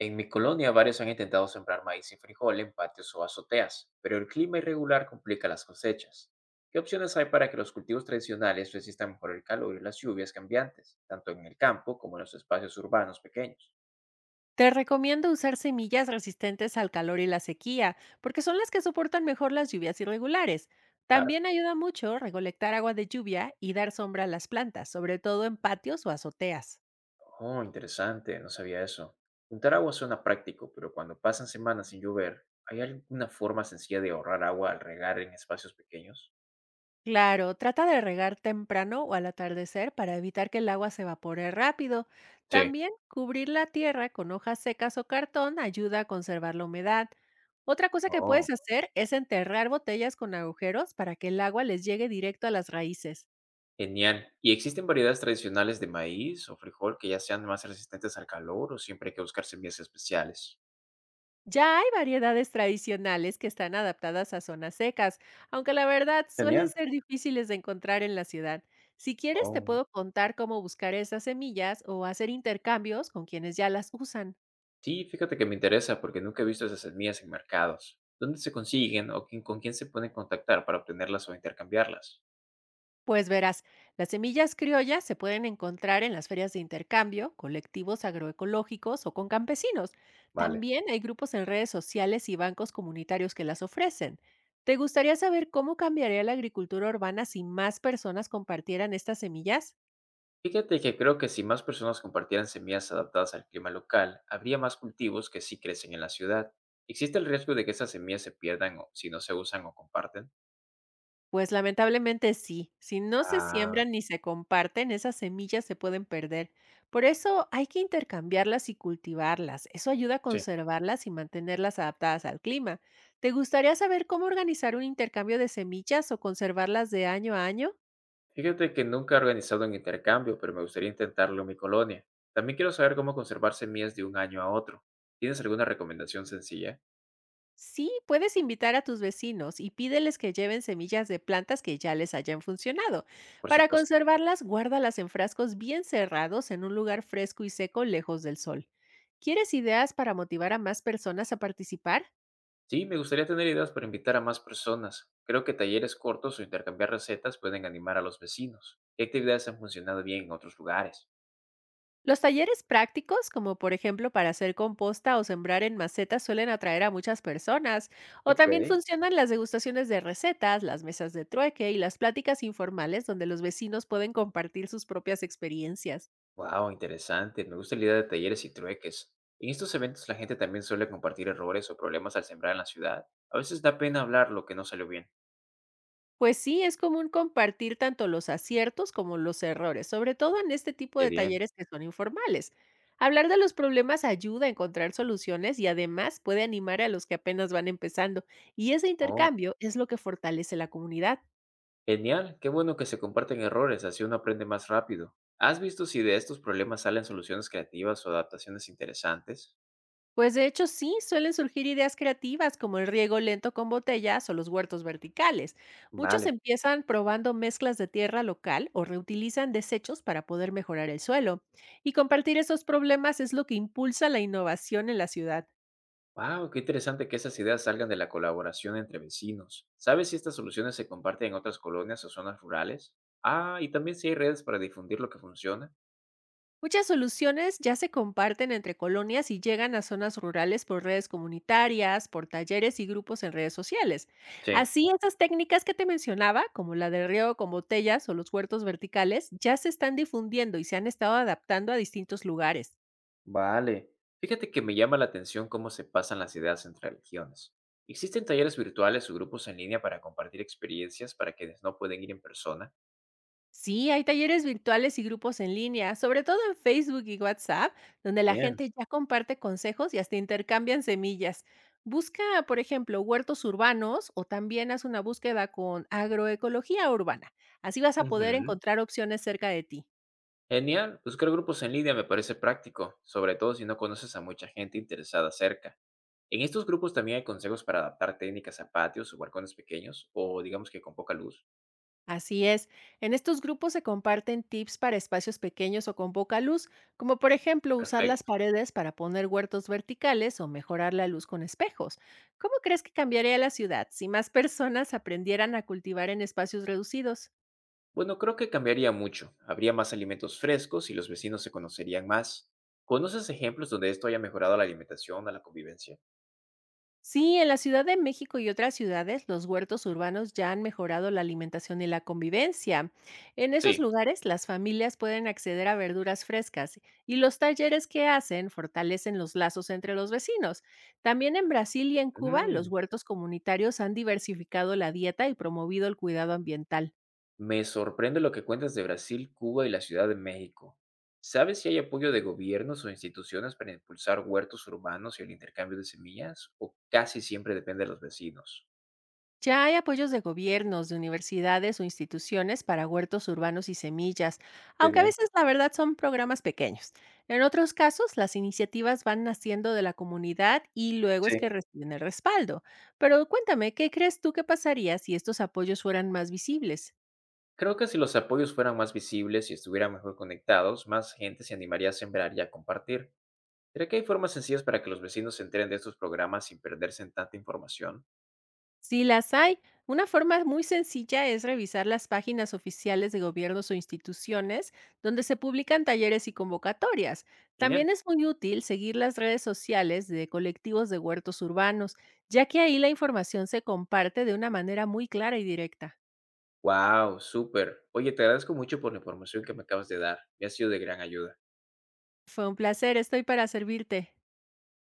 En mi colonia varios han intentado sembrar maíz y frijol en patios o azoteas, pero el clima irregular complica las cosechas. ¿Qué opciones hay para que los cultivos tradicionales resistan mejor el calor y las lluvias cambiantes, tanto en el campo como en los espacios urbanos pequeños? Te recomiendo usar semillas resistentes al calor y la sequía, porque son las que soportan mejor las lluvias irregulares. Claro. También ayuda mucho recolectar agua de lluvia y dar sombra a las plantas, sobre todo en patios o azoteas. Oh, interesante, no sabía eso. Juntar agua suena práctico, pero cuando pasan semanas sin llover, ¿hay alguna forma sencilla de ahorrar agua al regar en espacios pequeños? Claro, trata de regar temprano o al atardecer para evitar que el agua se evapore rápido. Sí. También cubrir la tierra con hojas secas o cartón ayuda a conservar la humedad. Otra cosa que Oh. puedes hacer es enterrar botellas con agujeros para que el agua les llegue directo a las raíces. Genial. ¿Y existen variedades tradicionales de maíz o frijol que ya sean más resistentes al calor o siempre hay que buscar semillas especiales? Ya hay variedades tradicionales que están adaptadas a zonas secas, aunque la verdad suelen Genial. ser difíciles de encontrar en la ciudad. Si quieres, te Oh, puedo contar cómo buscar esas semillas o hacer intercambios con quienes ya las usan. sí, fíjate que me interesa porque nunca he visto esas semillas en mercados. ¿Dónde se consiguen o con quién se pueden contactar para obtenerlas o intercambiarlas? Pues verás, las semillas criollas se pueden encontrar en las ferias de intercambio, colectivos agroecológicos o con campesinos. Vale. También hay grupos en redes sociales y bancos comunitarios que las ofrecen. ¿Te gustaría saber cómo cambiaría la agricultura urbana si más personas compartieran estas semillas? Fíjate que creo que si más personas compartieran semillas adaptadas al clima local, habría más cultivos que sí crecen en la ciudad. ¿Existe el riesgo de que esas semillas se pierdan si no se usan o comparten? Pues lamentablemente sí, si no se Ah, siembran ni se comparten, esas semillas se pueden perder. Por eso hay que intercambiarlas y cultivarlas. Eso ayuda a sí. conservarlas y mantenerlas adaptadas al clima. ¿Te gustaría saber cómo organizar un intercambio de semillas o conservarlas de año a año? Fíjate que nunca he organizado un intercambio, pero me gustaría intentarlo en mi colonia. También quiero saber cómo conservar semillas de un año a otro. ¿Tienes alguna recomendación sencilla? Sí, puedes invitar a tus vecinos y pídeles que lleven semillas de plantas que ya les hayan funcionado. Por Para supuesto. conservarlas, guárdalas en frascos bien cerrados en un lugar fresco y seco lejos del sol. ¿Quieres ideas para motivar a más personas a participar? Sí, me gustaría tener ideas para invitar a más personas. Creo que talleres cortos o intercambiar recetas pueden animar a los vecinos. ¿Qué actividades han funcionado bien en otros lugares? Los talleres prácticos, como por ejemplo para hacer composta o sembrar en macetas, suelen atraer a muchas personas. O Ok. también funcionan las degustaciones de recetas, las mesas de trueque y las pláticas informales donde los vecinos pueden compartir sus propias experiencias. Wow, interesante. Me gusta la idea de talleres y trueques. En estos eventos la gente también suele compartir errores o problemas al sembrar en la ciudad. A veces da pena hablar lo que no salió bien. Pues sí, es común compartir tanto los aciertos como los errores, sobre todo en este tipo Qué de bien. talleres que son informales. Hablar de los problemas ayuda a encontrar soluciones y además puede animar a los que apenas van empezando, y ese Oh. intercambio es lo que fortalece la comunidad. Genial, qué bueno que se comparten errores, así uno aprende más rápido. ¿Has visto si de estos problemas salen soluciones creativas o adaptaciones interesantes? Pues de hecho sí, suelen surgir ideas creativas como el riego lento con botellas o los huertos verticales. Muchos Vale. empiezan probando mezclas de tierra local o reutilizan desechos para poder mejorar el suelo. Y compartir esos problemas es lo que impulsa la innovación en la ciudad. Wow, qué interesante que esas ideas salgan de la colaboración entre vecinos. ¿Sabes si estas soluciones se comparten en otras colonias o zonas rurales? Ah, y también si hay redes para difundir lo que funciona. Muchas soluciones ya se comparten entre colonias y llegan a zonas rurales por redes comunitarias, por talleres y grupos en redes sociales. Sí. Así, esas técnicas que te mencionaba, como la del riego con botellas o los huertos verticales, ya se están difundiendo y se han estado adaptando a distintos lugares. Vale. Fíjate que me llama la atención cómo se pasan las ideas entre regiones. ¿Existen talleres virtuales o grupos en línea para compartir experiencias para quienes no pueden ir en persona? Sí, hay talleres virtuales y grupos en línea, sobre todo en Facebook y WhatsApp, donde la Bien. gente ya comparte consejos y hasta intercambian semillas. Busca, por ejemplo, huertos urbanos o también haz una búsqueda con agroecología urbana. Así vas a poder Ujú. encontrar opciones cerca de ti. Genial, buscar grupos en línea me parece práctico, sobre todo si no conoces a mucha gente interesada cerca. En estos grupos también hay consejos para adaptar técnicas a patios o balcones pequeños, o digamos que con poca luz. Así es, en estos grupos se comparten tips para espacios pequeños o con poca luz, como por ejemplo usar las Perfecto. paredes para poner huertos verticales o mejorar la luz con espejos. ¿Cómo crees que cambiaría la ciudad si más personas aprendieran a cultivar en espacios reducidos? Bueno, creo que cambiaría mucho. Habría más alimentos frescos y los vecinos se conocerían más. ¿Conoces ejemplos donde esto haya mejorado la alimentación, a la convivencia? Sí, en la Ciudad de México y otras ciudades, los huertos urbanos ya han mejorado la alimentación y la convivencia. En esos Sí. lugares, las familias pueden acceder a verduras frescas y los talleres que hacen fortalecen los lazos entre los vecinos. También en Brasil y en Cuba, los Mm, huertos comunitarios han diversificado la dieta y promovido el cuidado ambiental. Me sorprende lo que cuentas de Brasil, Cuba y la Ciudad de México. ¿Sabes si hay apoyo de gobiernos o instituciones para impulsar huertos urbanos y el intercambio de semillas? ¿O casi siempre depende de los vecinos? Ya hay apoyos de gobiernos, de universidades o instituciones para huertos urbanos y semillas, Qué aunque a bien. veces la verdad son programas pequeños. En otros casos, las iniciativas van naciendo de la comunidad y luego es Sí, que reciben el respaldo. Pero cuéntame, ¿qué crees tú que pasaría si estos apoyos fueran más visibles? creo que si los apoyos fueran más visibles y estuvieran mejor conectados, más gente se animaría a sembrar y a compartir. ¿Será que hay formas sencillas para que los vecinos se enteren de estos programas sin perderse en tanta información? Si las hay, una forma muy sencilla es revisar las páginas oficiales de gobiernos o instituciones donde se publican talleres y convocatorias. Genial. También es muy útil seguir las redes sociales de colectivos de huertos urbanos, ya que ahí la información se comparte de una manera muy clara y directa. ¡Wow! ¡Súper! Oye, te agradezco mucho por la información que me acabas de dar. Me ha sido de gran ayuda. Fue un placer, estoy para servirte.